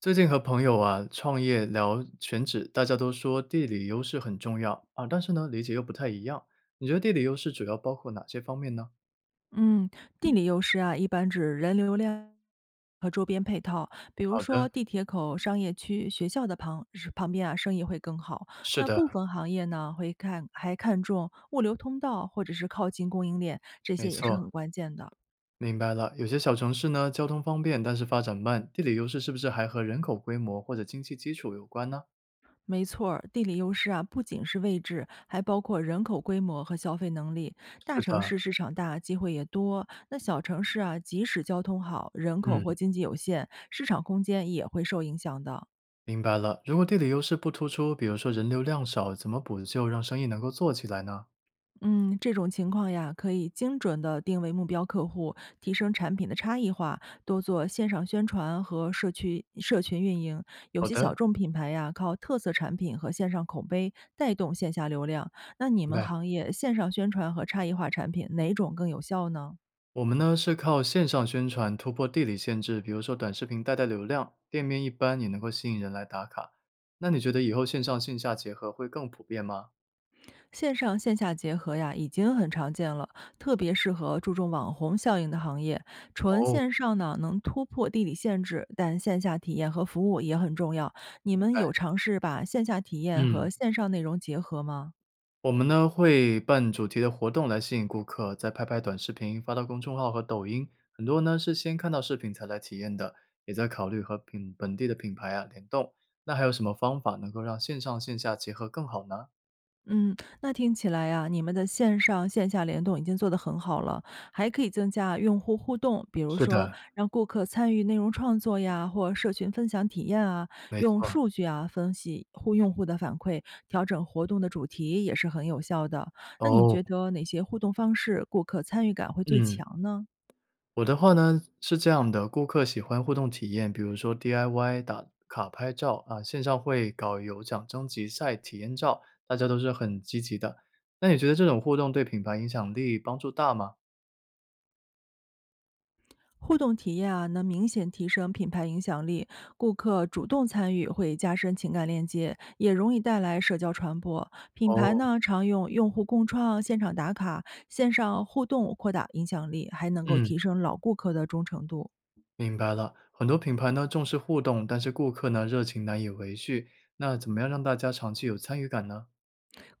最近和朋友啊创业聊选址，大家都说地理优势很重要啊，但是呢理解又不太一样。你觉得地理优势主要包括哪些方面呢？嗯，地理优势啊，一般指人流量和周边配套，比如好说的，地铁口、商业区、学校的旁边啊，生意会更好。是那的，部分行业呢，还看重物流通道或者是靠近供应链，这没些也是错，很关键的。明白了。有些小城市呢交通方便，但是发展慢，地理优势是不是还和人口规模或者经济基础有关呢？没错儿，地理优势啊，不仅是位置，还包括人口规模和消费能力。大是城的，市市场大，机会也多；那小城市啊，即使交通好，人口嗯，或经济有限，市场空间也会受影响的。明白了。如果地理优势不突出，比如说人流量少，怎么补救让生意能够做起来呢？嗯，这种情况呀，可以精准的定位目标客户，提升产品的差异化，多做线上宣传和社区社群运营。有好些的，小众品牌呀，靠特色产品和线上口碑带动线下流量。那你明们白。行业线上宣传和差异化产品哪种更有效呢？我们呢是靠线上宣传突破地理限制，比如说短视频带流量，店面一般也能够吸引人来打卡。那你觉得以后线上线下结合会更普遍吗？线上线下结合呀，已经很常见了，特别适合注重网红效应的行业。纯哦，明线上呢，能突破地理限制，但线下体验和服务也很重要。你们有白。尝试把线下体验嗯，和线上内容结合吗？我们呢会办主题的活动来吸引顾客，再拍拍短视频发到公众号和抖音。很多呢是先看到视频才来体验的，也在考虑和品本地的品牌啊联动。那还有什么方法能够让线上线下结合更好呢？嗯，那听起来呀，你们的线上线下联动已经做得很好了，还可以增加用户互动，比如是说的，让顾客参与内容创作呀，或社群分享体验啊，没用错。数据啊分析用户的反馈，调整活动的主题也是很有效的。那你哦，觉得哪些互动方式顾客参与感会最嗯。强呢？我的话呢，是这样的，顾客喜欢互动体验，比如说 DIY 打卡拍照啊，线上会搞有奖征集赛、体验照，大家都是很积极的。那你觉得这种互动对品牌影响力帮助大吗？互动体验啊，能明显提升品牌影响力，顾客主动参与会加深情感链接，也容易带来社交传播。品牌哦，呢，常用用户共创、现场打卡、线上互动扩大影响力，还能够嗯，提升老顾客的忠诚度。明白了。很多品牌呢重视互动，但是顾客呢热情难以维续。那怎么样让大家长期有参与感呢？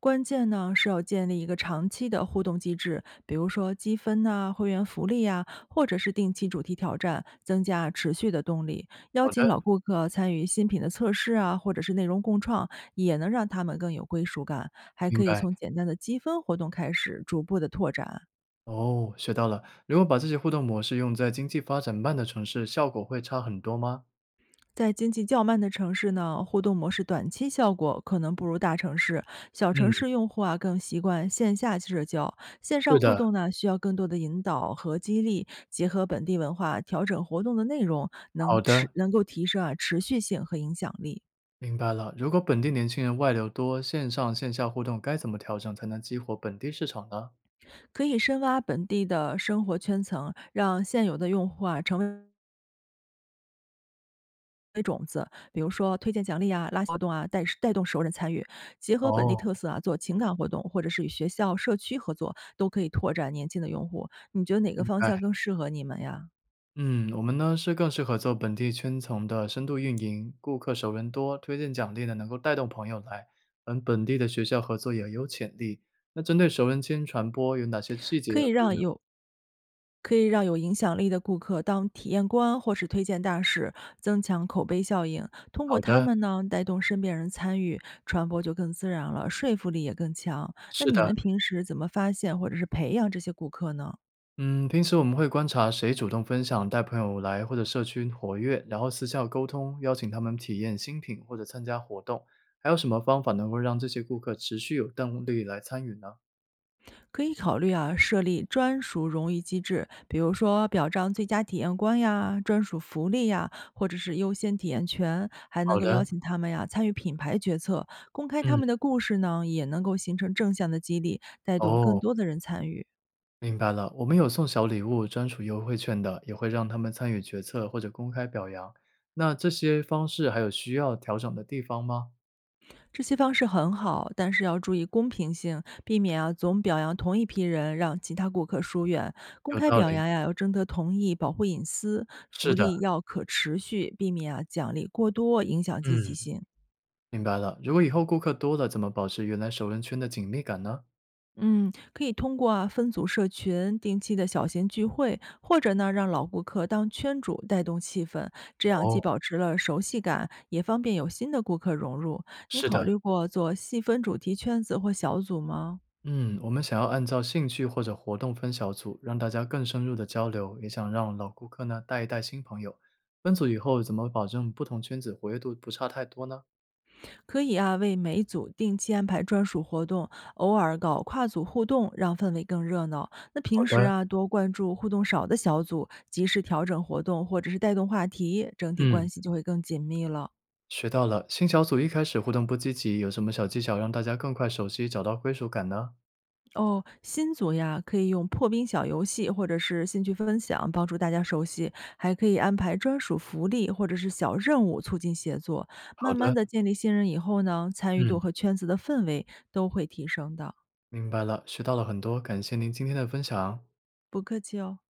关键呢是要建立一个长期的互动机制，比如说积分呐、会员福利呀、或者是定期主题挑战，增加持续的动力。邀好请的，老顾客参与新品的测试啊，或者是内容共创，也能让他们更有归属感。还明可以白。从简单的积分活动开始，逐步的拓展。哦，学到了。如果把这些互动模式用在经济发展慢的城市，效果会差很多吗？在经济较慢的城市呢，互动模式短期效果可能不如大城市。小城嗯，市用户啊更习惯线下社交，线是上互的，动呢需要更多的引导和激励，结合本地文化调整活动的内容，能好的。持能够提升啊持续性和影响力。明白了，如果本地年轻人外流多，线上线下互动该怎么调整才能激活本地市场呢？可以深挖本地的生活圈层，让现有的用户啊成为种子，比如说推荐奖励啊、拉活动啊，带动熟人参与，结合本地哦，特色啊做情感活动，或者是与学校、社区合作，都可以拓展年轻的用户。你觉得哪个明方白。向更适合你们呀？嗯，我们呢是更适合做本地圈层的深度运营，顾客熟人多，推荐奖励呢能够带动朋友来，跟本地的学校合作也有潜力。那针对熟人间传播有哪些细节可要以注意让呢？有可以让有影响力的顾客当体验官或是推荐大使，增强口碑效应。通好过他的，们呢，带动身边人参与，传播就更自然了，说服力也更强。那是你的。们平时怎么发现或者是培养这些顾客呢？嗯，平时我们会观察谁主动分享，带朋友来或者社区活跃，然后私下沟通，邀请他们体验新品或者参加活动。还有什么方法能够让这些顾客持续有动力来参与呢？可以考虑啊，设立专属荣誉机制，比如说表彰最佳体验官呀、专属福利呀，或者是优先体验权，还能好够的，邀请他们呀参与品牌决策，公开他嗯，们的故事呢，也能够形成正向的激励，带动更哦，多的人参与。明白了。我们有送小礼物、专属优惠券的，也会让他们参与决策或者公开表扬。那这些方式还有需要调整的地方吗？这些方式很好，但是要注意公平性，避免啊总表扬同一批人，让其他顾客疏远。公有开道表理，扬呀，要征得同意，保护隐私；是福的，利要可持续，避免啊奖励过多，影响积极嗯，性。明白了。如果以后顾客多了，怎么保持原来熟人圈的紧密感呢？嗯，可以通过啊分组社群、定期的小型聚会，或者呢让老顾客当圈主带动气氛，这样哦，既保持了熟悉感，也方便有新的顾客融入。你是考的。虑过做细分主题圈子或小组吗？嗯，我们想要按照兴趣或者活动分小组，让大家更深入的交流，也想让老顾客呢带一带新朋友。分组以后，怎么保证不同圈子活跃度不差太多呢？可以啊，为每组定期安排专属活动，偶尔搞跨组互动，让氛围更热闹。那好平时的，啊多关注互动少的小组，及时调整活动或者是带动话题，整体关嗯，系就会更紧密了。学到了。新小组一开始互动不积极，有什么小技巧让大家更快熟悉，找到归属感呢？哦，新组呀，可以用破冰小游戏或者是兴趣分享帮助大家熟悉，还可以安排专属福利或者是小任务促进协作。好慢慢的，的建立信任以后呢，参与度嗯，和圈子的氛围都会提升的。明白了，学到了很多，感谢您今天的分享。不客气哦。